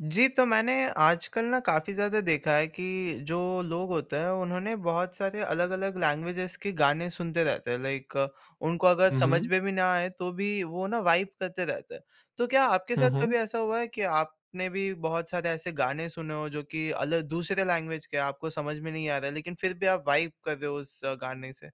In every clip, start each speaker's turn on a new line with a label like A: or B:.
A: जी, तो मैंने आजकल ना काफ़ी ज़्यादा देखा है कि जो लोग होते हैं उन्होंने बहुत सारे अलग-अलग लैंग्वेजेस के गाने सुनते रहते हैं। लाइक उनको अगर
B: हुँ,
A: समझ
B: हुँ।
A: में भी ना आए तो भी वो ना वाइब करते रहते हैं। तो क्या आपके
B: हुँ,
A: साथ कभी
B: हुँ।
A: ऐसा हुआ है कि आपने भी बहुत सारे ऐसे गाने सुने हो जो कि अलग दूसरे लैंग्वेज के हैं, आपको समझ में नहीं आ रहा है लेकिन फिर भी आप वाइब कर रहे हो उस गाने से?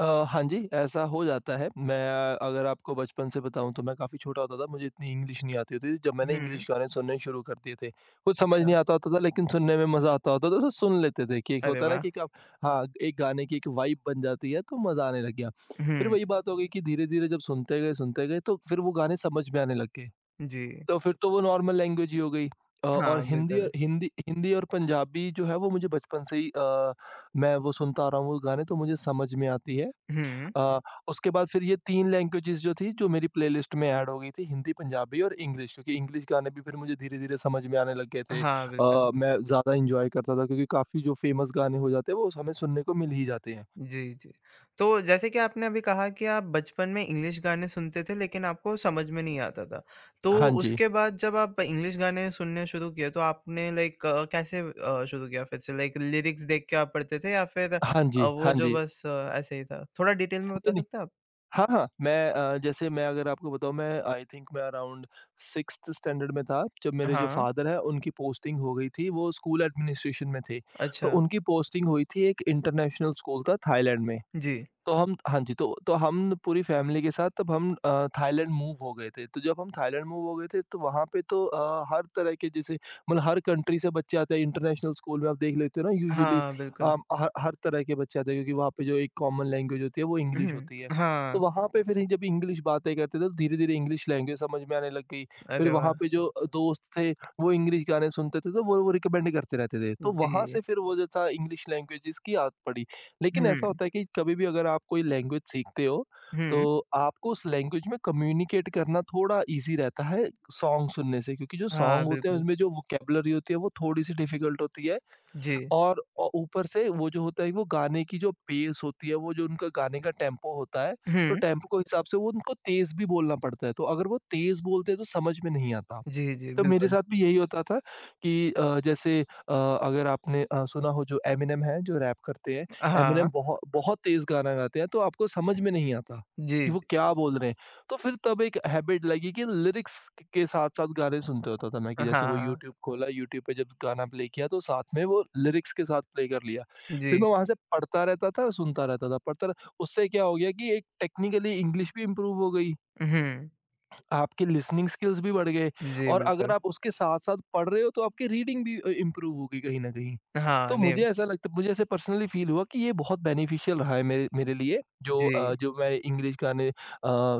B: हाँ जी, ऐसा हो जाता है। मैं अगर आपको बचपन से बताऊँ तो मैं काफ़ी छोटा होता था, मुझे इतनी इंग्लिश नहीं आती होती थी। जब मैंने
A: हुँ,
B: इंग्लिश गाने सुनने शुरू कर दिए थे, कुछ समझ
A: अच्छा।
B: नहीं आता होता था लेकिन सुनने में मज़ा आता होता था तो सुन लेते थे कि एक
A: अरे
B: होता है ना
A: वाह!
B: कि एक आप हाँ, एक गाने की एक वाइब बन जाती है तो मज़ा आने लग गया। फिर
A: हुँ,
B: वही बात हो गई कि धीरे-धीरे जब सुनते गए तो फिर वो गाने समझ में आने लग गए।
A: जी।
B: तो फिर तो वो नॉर्मल लैंग्वेज ही हो गई। और
A: हाँ,
B: हिंदी
A: बिल्कुल।
B: हिंदी हिंदी और पंजाबी जो है वो मुझे बचपन से ही मैं वो सुनता आ रहा हूँ वो गाने तो मुझे समझ में आती है।
A: हुँ,
B: अ, उसके बाद फिर ये 3 लैंग्वेजेज़ जो थी जो मेरी प्लेलिस्ट में ऐड हो गई थी हिंदी, पंजाबी और इंग्लिश क्योंकि इंग्लिश गाने भी फिर मुझे धीरे-धीरे समझ में आने लग गए थे।
A: हाँ, बिल्कुल।
B: मैं ज़्यादा एन्जॉय करता था क्योंकि काफ़ी जो फेमस गाने हो जाते हैं वो हमें सुनने को मिल ही जाते हैं।
A: जी, जी। तो जैसे कि आपने अभी कहा कि आप बचपन में इंग्लिश गाने सुनते थे लेकिन आपको समझ में नहीं आता था। तो
B: हाँ जी।
A: उसके बाद जब आप इंग्लिश गाने सुनने शुरू किए तो आपने लाइक कैसे शुरू किया फिर से लाइक लिरिक्स देख के आप पढ़ते थे या फिर
B: हाँ जी,
A: वो
B: हाँ
A: जो
B: जी।
A: बस ऐसे ही था? थोड़ा डिटेल में बता
B: नहीं, नहीं।
A: सकते हैं आप?
B: हाँ, हाँ। मैं जैसे मैं अगर आपको बताऊँ मैं आई थिंक मैं अराउंड 6th स्टैंडर्ड में था जब मेरे जो
A: हाँ,
B: फ़ादर हैं उनकी पोस्टिंग हो गई थी, वो स्कूल एडमिनिस्ट्रेशन में थे। तो
A: अच्छा।
B: उनकी पोस्टिंग हुई थी एक इंटरनेशनल स्कूल था थाईलैंड में।
A: जी।
B: तो हम हाँ जी, तो हम पूरी फ़ैमिली के साथ तब हम थाईलैंड मूव हो गए थे। तो जब हम थाईलैंड मूव हो गए थे तो वहाँ पे तो हर तरह के जैसे मतलब हर कंट्री से बच्चे आते हैं। इंटरनेशनल स्कूल में आप देख लेते हो ना यूजुअली
A: हाँ, बिल्कुल।
B: हर हर तरह के बच्चे आते हैं क्योंकि वहाँ पे जो एक कॉमन लैंग्वेज होती है वो इंग्लिश
A: हुँ,
B: होती है। तो
A: हाँ।
B: वहाँ पे फिर जब इंग्लिश बातें करते थे तो धीरे-धीरे इंग्लिश लैंग्वेज समझ में आने लग गई। फिर
A: अरे
B: वहाँ
A: वाह!
B: पे जो दोस्त थे वो इंग्लिश गाने सुनते थे तो वो रिकमेंड करते रहते थे। तो वहाँ
A: जी।
B: से फिर वो जो था इंग्लिश लैंग्वेजेज़ की आदत पड़ी। लेकिन ऐसा
A: हुँ,
B: होता है कि कभी भी अगर आप कोई लैंग्वेज सीखते हो,
A: हुँ।
B: तो आपको उस लैंग्वेज में कम्युनिकेट करना थोड़ा ईज़ी रहता है सॉन्ग सुनने से क्योंकि जो
A: हाँ,
B: सॉन्ग होते हैं
A: बिल्कुल।
B: उसमें जो वोकैबुलरी होती है वो थोड़ी-सी डिफ़िकल्ट होती है
A: जी।
B: और औ ऊपर से वो जो होता है वो गाने की जो पेस होती है, वो जो उनका गाने का टेम्पो होता है,
A: हुँ।
B: तो टेम्पो के हिसाब से वो उनको तेज़ भी बोलना पड़ता है, तो अगर वो तेज़ बोलते हैं तो समझ में नहीं आता।
A: जी, जी,
B: तो मेरे
A: बिल्कुल।
B: साथ भी यही होता था कि जैसे अगर आपने सुना हो जो एमिनेम है, जो रैप करते हैं,
A: हाँ।
B: एमिनेम बहुत बहुत तेज़ गाना गाते हैं, तो आपको समझ में नहीं आता
A: जी।
B: कि वो क्या बोल रहे हैं। तो फिर तब एक हैबिट लगी कि लिरिक्स क के साथ-साथ गाने सुनते होता था मैं कि जैसे वो
A: हाँ,
B: यूट्यूब खोला, यूट्यूब पे जब गाना प्ले किया तो साथ में वो लिरिक्स के साथ प्ले कर लिया।
A: जी।
B: फिर मैं वहाँ से पढ़ता रहता था, सुनता रहता था, पढ़ता रह उससे क्या हो गया कि एक टेक्निकली इंग्लिश भी इम्प्रूव हो गई।
A: हुँ,
B: आपके लिसनिंग स्किल्स भी बढ़ गए
A: जी,
B: और
A: बिल्कुल।
B: अगर आप उसके साथ-साथ पढ़ रहे हो तो आपकी रीडिंग भी इम्प्रूव हो गई कहीं न कहीं।
A: हाँ,
B: तो
A: नहीं
B: मुझे ऐसा लगता मुझे ऐसे पर्सनली फ़ील हुआ कि ये बहुत बेनिफिशियल रहा है मेरे मेरे लिए जो
A: जी,
B: जो मैं इंग्लिश गाने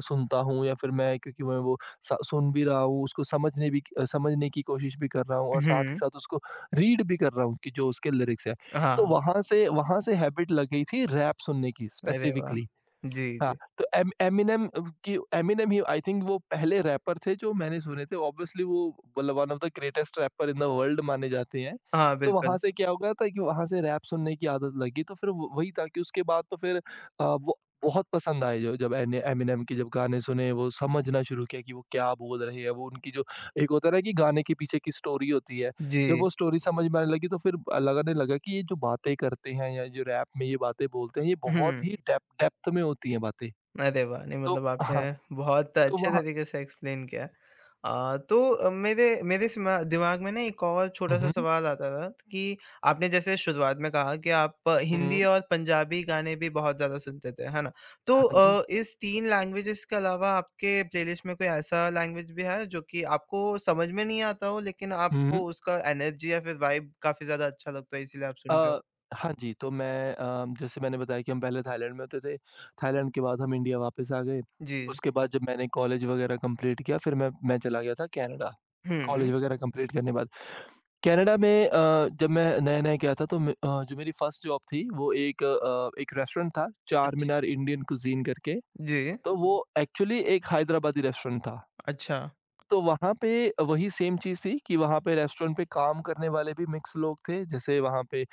B: सुनता हूँ या फिर मैं क्योंकि मैं वो स सुन भी रहा हूँ, उसको समझने की कोशिश भी कर रहा हूँ और साथ ही
A: हुँ,
B: साथ उसको रीड भी कर रहा हूँ कि जो उसके लिरिक्स हैं।
A: हाँ,
B: तो वहाँ से हैबिट लग गई थी रैप सुनने की
A: अरे वाह!
B: स्पेसिफिकली।
A: जी,
B: हाँ,
A: जी।
B: तो एम एमिनेम अ, की एमिनेम ही आई थिंक वो पहले रैपर थे जो मैंने सुने थे। ऑब्वियसली वो मतलब one of the greatest rapper in the world माने जाते हैं।
A: हाँ,
B: तो वहाँ
A: बिल्कुल,
B: से क्या हो गया था कि वहाँ से रैप सुनने की आदत लगी। तो फिर व वही था कि उसके बाद तो फिर वो बहुत पसंद आए जो जब एने एमिनेम के जब गाने सुने, वो समझना शुरू किया कि वो क्या बोल रहे हैं। वो उनकी जो एक होता है ना कि गाने के पीछे की स्टोरी होती है। जब
A: जी,
B: वो स्टोरी समझ में आने लगी तो फिर लगने लगा कि ये जो बातें करते हैं या जो रैप में ये बातें बोलते हैं ये बहुत
A: हुँ।
B: ही डेप्थ डेप्थ में होती हैं बातें।
A: अरे वाह! नहीं
B: तो
A: मतलब
B: हाँ,
A: आपने बहुत
B: तो
A: अच्छे
B: वहाँ
A: तरीके से एक्सप्लेन किया। तो मेरे मेरे सिमा दिमाग में ना एक और छोटा-सा
B: हुँ,
A: सवाल आता था कि आपने जैसे शुरुआत में कहा कि आप
B: हुँ,
A: हिंदी और पंजाबी गाने भी बहुत ज़्यादा सुनते थे, है ना? तो
B: हाँ जी।
A: इस 3 लैंग्वेजेज़ के अलावा आपके प्लेलिस्ट में कोई ऐसा लैंग्वेज भी है जो कि आपको समझ में नहीं आता हो लेकिन
B: हुँ,
A: आपको उसका एनर्जी या फिर वाइब काफ़ी ज़्यादा अच्छा लगता है इसीलिए आप सुन रहे हो?
B: अ, हाँ जी, तो मैं जैसे मैंने बताया कि हम पहले थाईलैंड में होते थे, थाईलैंड के बाद हम इंडिया वापस आ गए।
A: जी।
B: उसके बाद जब मैंने कॉलेज वगैरह कंप्लीट किया फिर मैं चला गया था कनाडा,
A: हुँ।
B: कॉलेज वगैरह कंप्लीट करने बाद। कनाडा में जब मैं नया-नया गया था तो मैं जो मेरी फर्स्ट जॉब थी वो एक रेस्टोरेंट था, चार
A: अच्छ
B: मीनार इंडियन कुज़ीन करके।
A: जी।
B: तो वो एक्चुअली एक हैदराबादी रेस्टोरेंट था।
A: अच्छा।
B: तो वहाँ पे वही सेम चीज़ थी कि वहाँ पे रेस्टोरेंट पे काम करने वाले भी मिक्स लोग थे, जैसे वहाँ पे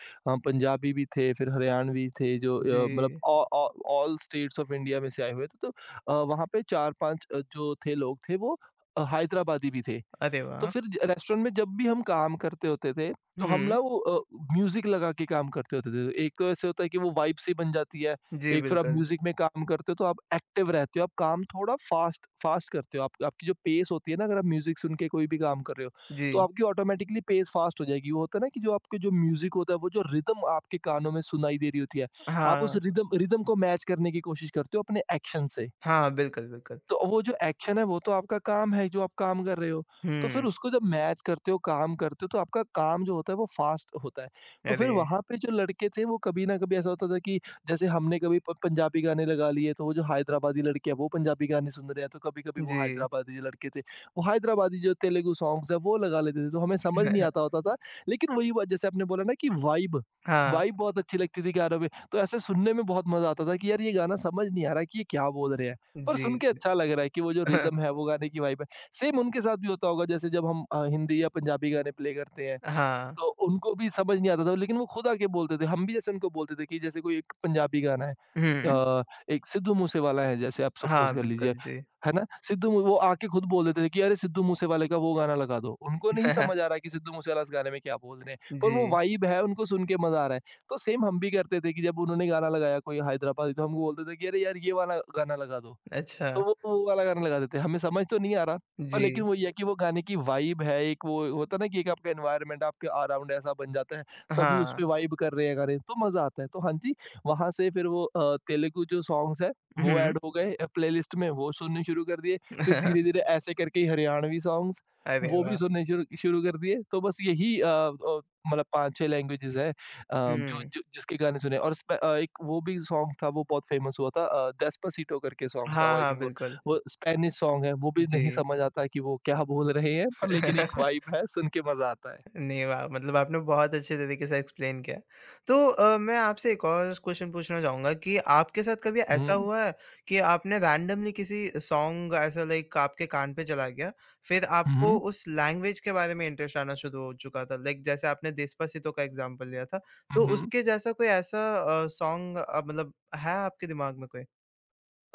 B: पंजाबी भी थे, फिर हरियाणवी थे जो
A: जी।
B: मतलब ऑ ऑ ऑल स्टेट्स ऑफ इंडिया में से आए हुए थे। तो वहाँ पे 4-5 जो थे लोग थे वो हैदराबादी भी थे।
A: अरे
B: तो
A: वाह!
B: फिर ज रेस्टोरेंट में जब भी हम काम करते होते थे, तो हम
A: हुँ।
B: ना वो म्यूज़िक लगा के काम करते होते थे। तो एक तो ऐसे होता है कि वो वाइब सी बन जाती है,
A: जी,
B: एक फिर आप
A: बिल्कुल।
B: म्यूज़िक में काम करते हो तो आप एक्टिव रहते हो, आप काम थोड़ा फ़ास्ट फ़ास्ट करते हो। आप आपकी जो पेस होती है ना अगर आप म्यूज़िक सुन के कोई भी काम कर रहे हो,
A: जी।
B: तो आपकी ऑटोमैटिकली पेस फ़ास्ट हो जाएगी। वो होता है ना कि जो आपके जो म्यूज़िक होता है, वो जो रिदम आपके कानों में सुनाई दे रही होती है, आप उस
A: हाँ।
B: रिदम रिदम को मैच करने की कोशिश करते हो अपने एक्शन से।
A: हाँ, बिल्कुल, बिल्कुल।
B: तो वो जो एक्शन है वो तो आपका काम है जो आप काम कर रहे हो। तो फिर
A: हुँ।
B: उसको जब मैच करते हो, काम करते हो तो आपका काम जो होता है वो फ़ास्ट होता है। तो फिर
A: अरे!
B: वहाँ पे जो लड़के थे वो कभी न कभी ऐसा होता था कि जैसे हमने कभी प पंजाबी गाने लगा लिए तो वो जो हैदराबादी लड़के हैं वो पंजाबी गाने सुन रहे हैं तो कभी-कभी वो
A: जी।
B: हैदराबादी जो लड़के थे, वो हैदराबादी जो तेलुगु सॉन्ग्स हैं वो लगा लेते थे तो हमें समझ नहीं आता होता था। लेकिन वही बात जैसे आपने बोला ना कि वाइब,
A: हाँ,
B: वाइब बहुत अच्छी लगती थी गानों में। तो ऐसे सुनने में बहुत मज़ा आता था कि यार ये गाना समझ नहीं आ रहा कि ये क्या बोल रहे हैं। पर
A: जी।
B: सुन के अच्छा लग रहा है कि वो जो रिदम है वो गाने की वाइब है। सेम उनके साथ भी होता होगा जैसे जब हम हिंदी या पंजाबी गाने प्ले करते हैं,
A: हाँ।
B: तो उनको भी समझ नहीं आता था लेकिन वो खुद आके बोलते थे। हम भी जैसे उनको बोलते थे कि जैसे कोई एक पंजाबी गाना है
A: हुँ।
B: अ, एक सिद्धू मूसेवाला है जैसे आप
A: हाँ,
B: सपोज़ कर लीजिए,
A: बिल्कुल, जी।
B: है ना? सिद्धू मू वो आके खुद बोल देते थे कि अरे सिद्धू मूसेवाले का वो गाना लगा दो। उनको नहीं समझ आ रहा कि सिद्धू मूसेवाला इस गाने में क्या बोल रहे हैं, पर वो
A: जी।
B: वाइब है उनको सुन के मज़ा आ रहा है। तो सेम हम भी करते थे कि जब उन्होंने गाना लगाया कोई हैदराबादी, तो हम बोलते थे कि अरे यार, ये वाला गाना लगा दो।
A: अच्छा।
B: तो वो वाला गाना लगा देते हैं। हमें समझ तो नहीं आ रहा, पर
A: जी।
B: लेकिन वो ये है कि वो गाने की वाइब है, एक वो होता है ना कि एक आपका एनवायरनमेंट आपके अराउंड ऐसा बन जाता है, सभी उस
A: हाँ।
B: पे वाइब कर रहे हैं गाने, तो मज़ा आता है। तो हाँ जी, वहाँ से फिर वो तेलुगु जो सॉन्ग्स हैं, वो
A: हुँ।
B: ऐड हो गए प्लेलिस्ट में, वो सुनने शुरू कर दिए। फिर धीरे-धीरे ऐसे करके ही हरियाणवी सॉन्ग्स,
A: अरे
B: वो भी
A: वाह!
B: सुनने शुरू शुरू कर दिए। तो बस यही मतलब 5-6 लैंग्वेजेज़ हैं, जो
A: हुँ।
B: जो जिसके गाने सुने। और एक वो भी सॉन्ग था, वो बहुत फेमस हुआ था, डेस्पासिटो करके सॉन्ग था
A: हाँ,
B: वो, आई
A: हाँ,
B: थिंक वो
A: बिल्कुल।
B: वो स्पेनिश सॉन्ग है। वो भी
A: जी।
B: नहीं समझ आता है कि वो क्या बोल रहे हैं, पर लेकिन एक वाइब है, सुन के मज़ा आता है।
A: नहीं, वाह! मतलब आपने बहुत अच्छे तरीके से एक्सप्लेन किया। तो मैं आपसे एक और क्वेश्चन पूछना चाहूँगा कि आपके साथ कभी ऐसा
B: हुँ।
A: हुआ है कि आपने रैंडमली किसी सॉन्ग ऐसा लाइक आपके कान पे चला गया, फिर
B: हुँ।
A: आपको
B: हुँ।
A: उस लैंग्वेज के बारे में इंटरेस्ट आना शुरू हो चुका था? लाइक जैसे आपने डेस्पासितो का एग्ज़ाम्पल लिया था, तो
B: हुँ।
A: उसके जैसा कोई ऐसा सॉन्ग मतलब है आपके दिमाग में कोई?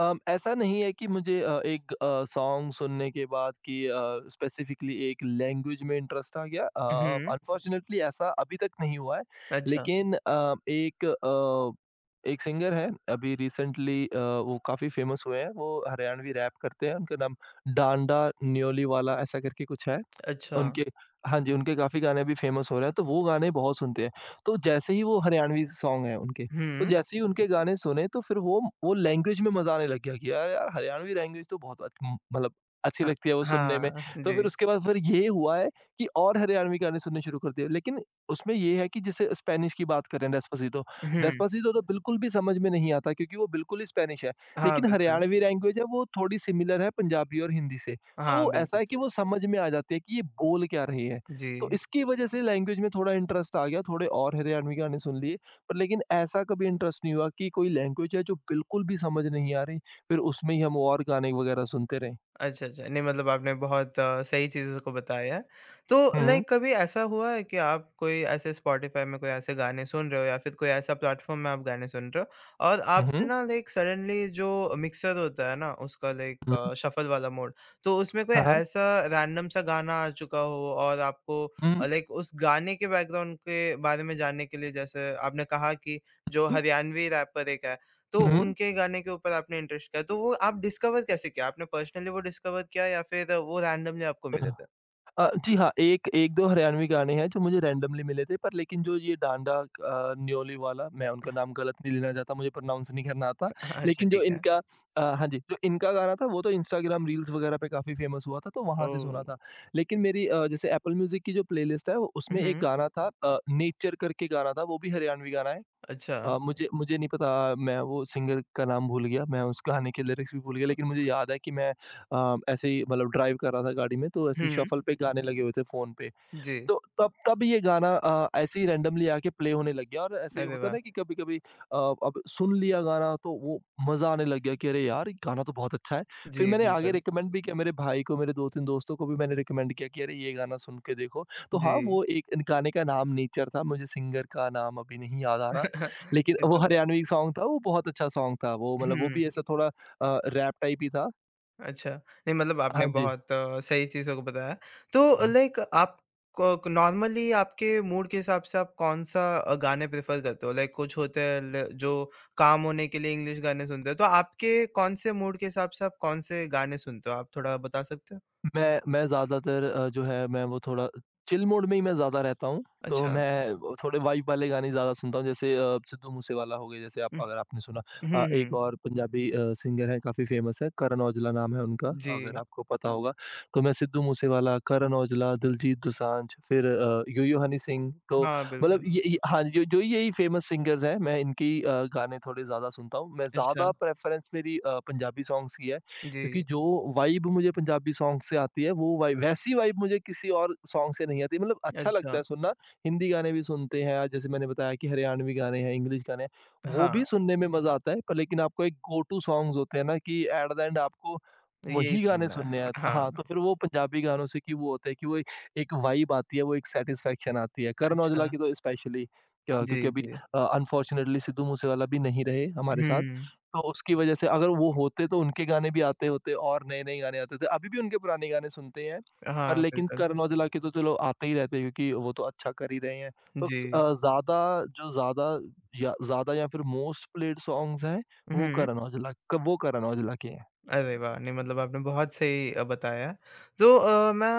B: ऐसा नहीं है कि मुझे एक सॉन्ग सुनने के बाद कि स्पेसिफिकली एक लैंग्वेज में इंटरेस्ट आ गया।
A: हुँ,
B: अनफॉर्चुनेटली ऐसा अभी तक नहीं हुआ है।
A: अच्छा,
B: लेकिन एक सिंगर है, अभी रिसेंटली वो काफ़ी फेमस हुए हैं। वो हरियाणवी रैप करते हैं। उनका नाम डांडा न्योलीवाला ऐसा करके कुछ है।
A: अच्छा।
B: उनके हाँ जी, उनके काफ़ी गाने अभी फेमस हो रहे हैं, तो वो गाने बहुत सुनते हैं। तो जैसे ही वो हरियाणवी सॉन्ग हैं उनके, तो
A: हुँ,
B: जैसे ही उनके गाने सुने, तो फिर वो लैंग्वेज में मज़ा आने लग गया कि यार यार, हरियाणवी लैंग्वेज तो बहुत मतलब अच्छी
A: अ,
B: लगती है वो सुनने में।
A: हाँ,
B: तो फिर
A: जी।
B: उसके बाद फिर ये हुआ है कि और हरियाणवी गाने सुनने शुरू कर दिए। लेकिन उसमें ये है कि जैसे स्पेनिश की बात करें, डेस्पासितो,
A: हुँ,
B: डेस्पासितो तो बिल्कुल भी समझ में नहीं आता, क्योंकि वो बिल्कुल ही स्पेनिश है।
A: हाँ,
B: लेकिन
A: बिल्कुल।
B: हरियाणवी लैंग्वेज है, वो थोड़ी सिमिलर है पंजाबी और हिंदी से। तो
A: हाँ,
B: वो ऐसा
A: बिल्कुल,
B: है कि
A: जी।
B: वो समझ में आ जाती है कि ये बोल क्या रहे हैं।
A: जी।
B: तो इसकी वजह से लैंग्वेज में थोड़ा इंटरेस्ट आ गया, थोड़े और हरियाणवी गाने सुन लिए। पर लेकिन ऐसा कभी इंटरेस्ट नहीं हुआ कि कोई लैंग्वेज है जो बिल्कुल भी समझ नहीं आ रही, फिर उसमें ही हम और गाने वगैरह सुनते रहें?
A: अच्छा, अच्छा। नहीं मतलब आपने बहुत सही चीज़ों को बताया है। तो
B: हुँ, हुँ।
A: लाइक कभी ऐसा हुआ है कि आप कोई ऐसे स्पॉटिफ़ाई में कोई ऐसे गाने सुन रहे हो या फिर कोई ऐसा प्लेटफ़ॉर्म में आप गाने सुन रहे हो और
B: हुँ,
A: आपने
B: हुँ।
A: ना लाइक सडनली जो मिक्सर होता है ना उसका लाइक
B: हुँ,
A: शफल वाला मोड तो उसमें कोई
B: हाँ, हाँ।
A: ऐसा रैंडम सा गाना आ चुका हो और आपको
B: हुँ,
A: लाइक उस गाने के बैकग्राउंड के बारे में जानने के लिए जैसे आपने कहा कि जो
B: हुँ।
A: हरियाणवी रैपर एक है तो
B: हुँ,
A: उनके गाने के ऊपर आपने इंटरेस्ट किया, तो वो आप डिस्कवर कैसे किया? आपने पर्सनली वो डिस्कवर किया या फिर वो रैंडमली आपको मिले
B: हुँ।
A: थे?
B: जी हाँ, एक 1-2 हरियाणवी गाने हैं जो मुझे रैंडमली मिले थे, पर लेकिन जो ये डांडा न्योली वाला, मैं उनका नाम गलत नहीं लेना चाहता, मुझे प्रोनाउंस नहीं करना आता।
A: अच्छा
B: लेकिन
A: ठीक है।
B: हाँ जी, जो इनका गाना था वो तो इंस्टाग्राम रील्स वगैरह पे काफ़ी फेमस हुआ था, तो वहाँ से
A: ओह!
B: सुना था। लेकिन मेरी जैसे एप्पल म्यूज़िक की जो प्लेलिस्ट है, उसमें एक
A: हुँ,
B: गाना था, नेचर करके गाना था, वो भी हरियाणवी गाना है।
A: अच्छा।
B: मुझे मुझे नहीं पता, मैं वो सिंगर का नाम भूल गया, मैं उस गाने के लिरिक्स भी भूल गया। लेकिन मुझे याद है कि मैं ऐसे ही मतलब ड्राइव कर रहा था गाड़ी में, तो ऐसे ही
A: हुँ,
B: शफ़ल पे गाने लगे हुए थे फ़ोन पे।
A: जी।
B: तो तब तब ये गाना ऐसे ही रैंडमली आके प्ले होने लग गया। और ऐसे ही
A: अरे
B: होता है
A: वाह!
B: ना कि कभी-कभी अब सुन लिया गाना, तो वो मज़ा आने लग गया कि अरे यार! ये गाना तो बहुत अच्छा है। फिर
A: जी,
B: मैंने आगे
A: बिल्कुल।
B: रिकमेंड भी किया मेरे भाई को, मेरे 2-3 दोस्तों को भी मैंने रिकमेंड किया कि अरे, ये गाना सुन के देखो। तो हाँ,
A: जी।
B: वो एक गाने का नाम नेचर था, मुझे सिंगर का नाम अभी नहीं याद आ रहा। लेकिन
A: सही
B: वो
A: बोला।
B: हरियाणवी सॉन्ग था, वो बहुत अच्छा सॉन्ग था। वो मतलब वो
A: हुँ।
B: भी ऐसा थोड़ा रैप टाइप ही था।
A: अच्छा, नहीं मतलब आपने
B: हाँ जी।
A: बहुत सही चीज़ों को बताया।
B: हुँ।
A: तो लाइक आप क नॉर्मली आपके मूड के हिसाब से आप कौन-सा गाने प्रेफ़र करते हो? लाइक कुछ होते हैं ल जो काम होने के लिए इंग्लिश गाने सुनते हो, तो आपके कौन से मूड के हिसाब से आप कौन से गाने सुनते हो? आप थोड़ा बता सकते हो?
B: मैं ज़्यादातर जो है मैं वो थोड़ा चिल मोड में ही मैं ज़्यादा रहता हूँ। तो
A: अच्छा।
B: मैं वो थोड़े वाइब वाले गाने ज़्यादा सुनता हूँ, जैसे सिद्धू मूसेवाला हो गए, जैसे आप,
A: हुँ,
B: अगर आपने सुना,
A: हुँ,
B: एक
A: हुँ।
B: और पंजाबी सिंगर है, काफ़ी फ़ेमस है, करण औजला नाम है उनका,
A: जी।
B: अगर आपको पता हुँ। होगा। तो मैं सिद्धू मूसेवाला, करण औजला, दिलजीत दोसांझ, फिर यो-यो हनी सिंह, तो
A: हाँ,
B: मतलब
A: बिल्कुल।
B: ये हाँ, जो जो यही फ़ेमस सिंगर्स हैं, मैं इनकी गाने थोड़े ज़्यादा सुनता हूँ। मैं
A: अच्छा,
B: ज़्यादा प्रेफ़रेंस मेरी पंजाबी सॉन्ग्स की है। क्योंकि
A: जी।
B: जो वाइब मुझे पंजाबी सॉन्ग से आती है, वो वाइब, वैसी वाइब मुझे किसी और सॉन्ग से नहीं आती, मतलब अच्छा लगता
A: अच्छा,
B: है सुनना। हिंदी गाने भी सुनते हैं, जैसे मैंने बताया कि हरियाणवी गाने हैं, इंग्लिश गाने हैं, वो
A: हाँ,
B: भी सुनने में मज़ा आता है। पर लेकिन आपको एक गो टू सॉन्ग्स होते हैं ना कि एट द एंड आपको
A: यही
B: वही गाने
A: सुनना है।
B: सुनने हैं। तो
A: हाँ,
B: हाँ, तो फिर वो पंजाबी गानों से कि वो होता है कि वो एक वाइब आती है, वो एक सैटिस्फैक्शन आती है। करण
A: अच्छा।
B: औजला की तो स्पेशली क्योंकि
A: जी,
B: अभी
A: जी।
B: अनफॉर्चुनेटली सिद्धू मूसेवाला भी नहीं रहे हमारे साथ।
A: हुँ।
B: तो उसकी वजह से, अगर वो होते तो उनके गाने भी आते होते, और नए-नए गाने आते थे। अभी भी उनके पुराने गाने सुनते हैं, पर
A: हाँ,
B: लेकिन
A: बिल्कुल।
B: करण औजला के तो चलो आते ही रहते हैं, क्योंकि वो तो अच्छा कर ही रहे हैं। तो
A: जी।
B: ज़्यादा जो ज़्यादा, या ज़्यादा, या फिर मोस्ट प्लेयड सॉन्ग्स हैं,
A: हुँ।
B: वो करण औजला के हैं।
A: अरे वाह! नहीं मतलब आपने बहुत सही बताया। तो मैं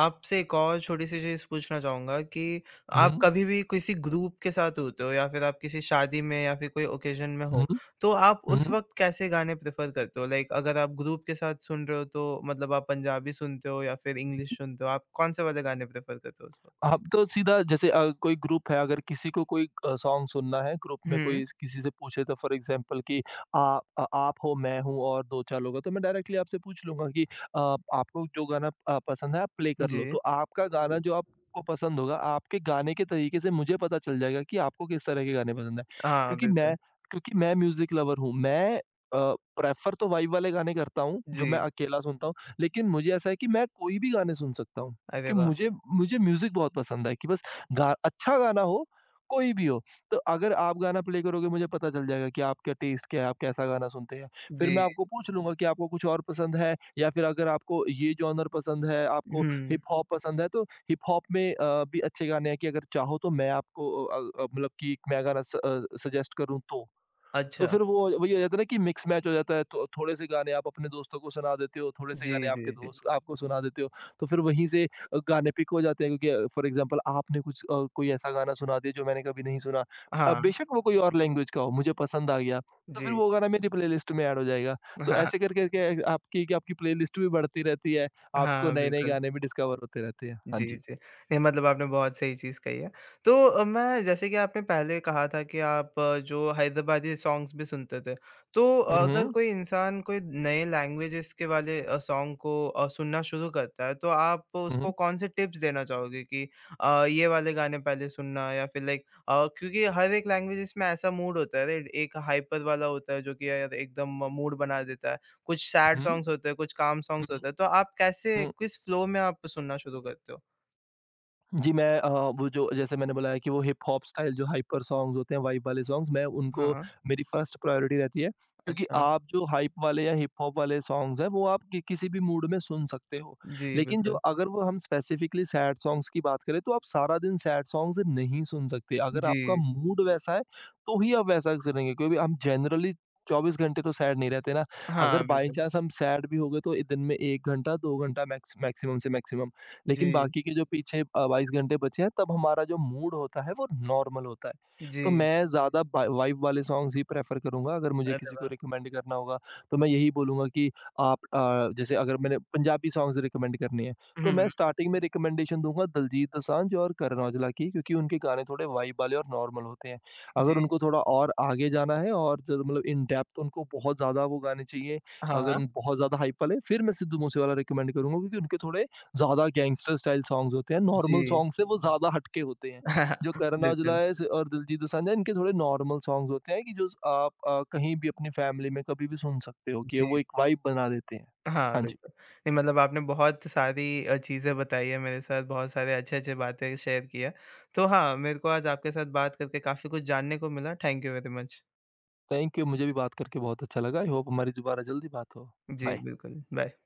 A: आपसे एक और छोटी-सी चीज़ पूछना चाहूँगा कि
B: हुँ,
A: आप कभी भी किसी ग्रुप के साथ होते हो या फिर आप किसी शादी में या फिर कोई ओकेज़न में हो,
B: हुँ,
A: तो आप उस
B: हुँ।
A: वक़्त कैसे गाने प्रेफ़र करते हो? लाइक अगर आप ग्रुप के साथ सुन रहे हो तो मतलब आप पंजाबी सुनते हो या फिर इंग्लिश सुनते हो? आप कौन-से वाले गाने प्रेफ़र करते हो उस वक़्त?
B: हम तो सीधा, जैसे कोई ग्रुप है, अगर किसी को कोई सॉन्ग सुनना है, ग्रुप में
A: हुँ,
B: कोई किसी से पूछे, तो फॉर एग्जांपल कि आ, आ- आप हो, मैं हूँ और दो चार लोग हैं, तो मैं डायरेक्टली आपसे पूछ लूंगा कि आपको जो गाना पसंद है आप प्ले कर
A: जी।
B: लो, तो आपका गाना, जो आपको पसंद होगा, आपके गाने के तरीके से मुझे पता चल जाएगा कि आपको किस तरह के गाने पसंद है।
A: हाँ,
B: क्योंकि
A: बिल्कुल।
B: मैं क्योंकि मैं म्यूजिक लवर हूँ, मैं प्रेफर तो वाइब वाले गाने करता हूँ, जो मैं
A: जी।
B: अकेला सुनता हूँ। लेकिन मुझे ऐसा है कि मैं कोई भी गाने सुन सकता हूँ,
A: अरे
B: क्योंकि
A: वाह!
B: मुझे मुझे म्यूज़िक बहुत पसंद है कि बस गा अच्छा गाना हो, कोई भी हो। तो अगर आप गाना प्ले करोगे, मुझे पता चल जाएगा कि आपका टेस्ट क्या है, आप कैसा गाना सुनते हैं। फिर
A: जी।
B: मैं आपको पूछ लूँगा कि आपको कुछ और पसंद है, या फिर अगर आपको ये जॉनर पसंद है, आपको
A: हुँ।
B: हिप हॉप पसंद है, तो हिप हॉप में भी अच्छे गाने हैं कि अगर चाहो तो मैं आपको मतलब कि एक मैं गाना सजेस्ट करूँ तो। तो
A: अच्छा।
B: फिर वो वही हो जाता है ना कि मिक्स मैच हो जाता है। तो थोड़े से गाने आप अपने दोस्तों को सुना देते हो, थोड़े से
A: जी,
B: गाने
A: जी,
B: आपके
A: जी।
B: दोस्त आपको सुना देते हो। तो फिर वहीं से गाने पिक हो जाते हैं, क्योंकि फॉर एग्ज़ाम्पल, आपने कुछ कोई ऐसा गाना सुना दिया जो मैंने कभी नहीं सुना। अब
A: हाँ,
B: बेशक वो कोई और लैंग्वेज का हो, मुझे पसंद आ गया, तो फिर
A: जी।
B: वो गाना मेरी प्लेलिस्ट में ऐड हो जाएगा। तो ऐसे
A: हाँ।
B: करके-करके आपकी प्लेलिस्ट भी बढ़ती रहती है, आपको
A: हाँ,
B: नए-नए
A: बिल्कुल।
B: गाने भी डिस्कवर होते रहते हैं। हाँ
A: जी,
B: जी।
A: जी। नहीं मतलब आपने बहुत सही चीज़ कही है। तो मैं जैसे कि आपने पहले कहा था कि आप जो हैदराबादी सॉन्ग्स भी सुनते थे। तो
B: हुँ,
A: अगर
B: हुँ।
A: कोई इंसान कोई नए लैंग्वेजेज़ के वाले सॉन्ग को सुनना शुरू करता है तो आप
B: हुँ,
A: उसको
B: हुँ।
A: कौन से टिप्स देना चाहोगे कि ये वाले गाने पहले सुनना या फिर लाइक क्योंकि हर एक लैंग्वेजेज़ में ऐसा मूड होता है, राइट? एक हाइपर वाला होता है जो कि यार एकदम मूड बना देता है। कुछ सैड
B: हुँ,
A: सॉन्ग्स होते हैं, कुछ काम सॉन्ग्स
B: हुँ,
A: होते हैं, तो आप कैसे
B: हुँ।
A: किस फ्लो में आप सुनना शुरू करते हो?
B: जी, मैं वो जो, जैसे मैंने बोला है कि वो हिप-हॉप स्टाइल, जो हाइपर सॉन्ग्स होते हैं, वाइब वाले सॉन्ग्स, मैं उनको
A: हाँ,
B: मेरी फर्स्ट प्रायोरिटी रहती है। क्योंकि
A: अच्छा।
B: आप, जो हाइप वाले या हिप-हॉप वाले सॉन्ग्स हैं, वो आप कि किसी भी मूड में सुन सकते हो।
A: जी,
B: लेकिन जो,
A: बिल्कुल।
B: अगर वो हम स्पेसिफिकली सैड सॉन्ग्स की बात करें, तो आप सारा दिन सैड सॉन्ग्स नहीं सुन सकते। अगर आपका
A: जी।
B: मूड वैसा है, तो ही आप वैसा सुनेंगे, क्योंकि हम जनरली 24 घंटे तो सैड नहीं रहते ना।
A: हाँ,
B: अगर बाय
A: बिल्कुल।
B: चांस हम सैड भी हो गए, तो ए दिन में 1 घंटा, 2 घंटा, मैक्सिमम से मैक्सिमम। लेकिन
A: जी,
B: बाकी के जो पीछे 22 घंटे बचे हैं, तब हमारा जो मूड होता है वो नॉर्मल होता है। तो
A: जी।
B: मैं ज़्यादा बा वाइब वाले सॉन्ग्स ही प्रेफ़र करूँगा। अगर मुझे
A: अरे
B: किसी को
A: वाह!
B: रिकमेंड करना होगा, तो मैं यही बोलूँगा कि आप, जैसे अगर मैंने पंजाबी सॉन्ग्स रिकमेंड करने हैं, तो
A: हुँ,
B: मैं स्टार्टिंग में रिकमेंडेशन दूँगा दलजीत दोसांझ और करण औजला की, क्योंकि उनके गाने थोड़े वाइब वाले और नॉर्मल होते हैं।
A: जी।
B: अगर उनको थोड़ा और आगे जाना है और ज मतलब इन डेप्थ, तो उनको बहुत ज़्यादा वो गाने चाहिए,
A: हाँ,
B: अगर उन बहुत ज़्यादा हाइप वाले, फिर मैं सिद्धू मूसेवाला रिकमेंड करूँगा, क्योंकि उनके थोड़े ज़्यादा गैंगस्टर स्टाइल सॉन्ग्स होते हैं, नॉर्मल
A: जी।
B: सॉन्ग से वो ज़्यादा हटके होते हैं। जो करण औजला
A: बिल्कुल,
B: है स और दिलजीत दोसांझ है, इनके थोड़े नॉर्मल सॉन्ग्स होते हैं कि जो स आप कहीं भी अपनी फैमिली में कभी भी सुन सकते हो कि
A: जी।
B: वो एक वाइब बना देते हैं।
A: हाँ,
B: हाँ जी,
A: बिल्कुल। नहीं मतलब आपने बहुत सारी चीज़ें बताई हैं मेरे साथ, बहुत सारे अच्छे-अच्छे बातें शेयर की हैं। तो हाँ, मेरे को आज आपके साथ बात करके काफ़ी कुछ जानने को मिला। Thank you very much.
B: Thank you, मुझे भी बात करके बहुत अच्छा लगा। आई होप हमारी दोबारा जल्दी बात हो।
A: जी,
B: बाय।
A: बिल्कुल। बाय।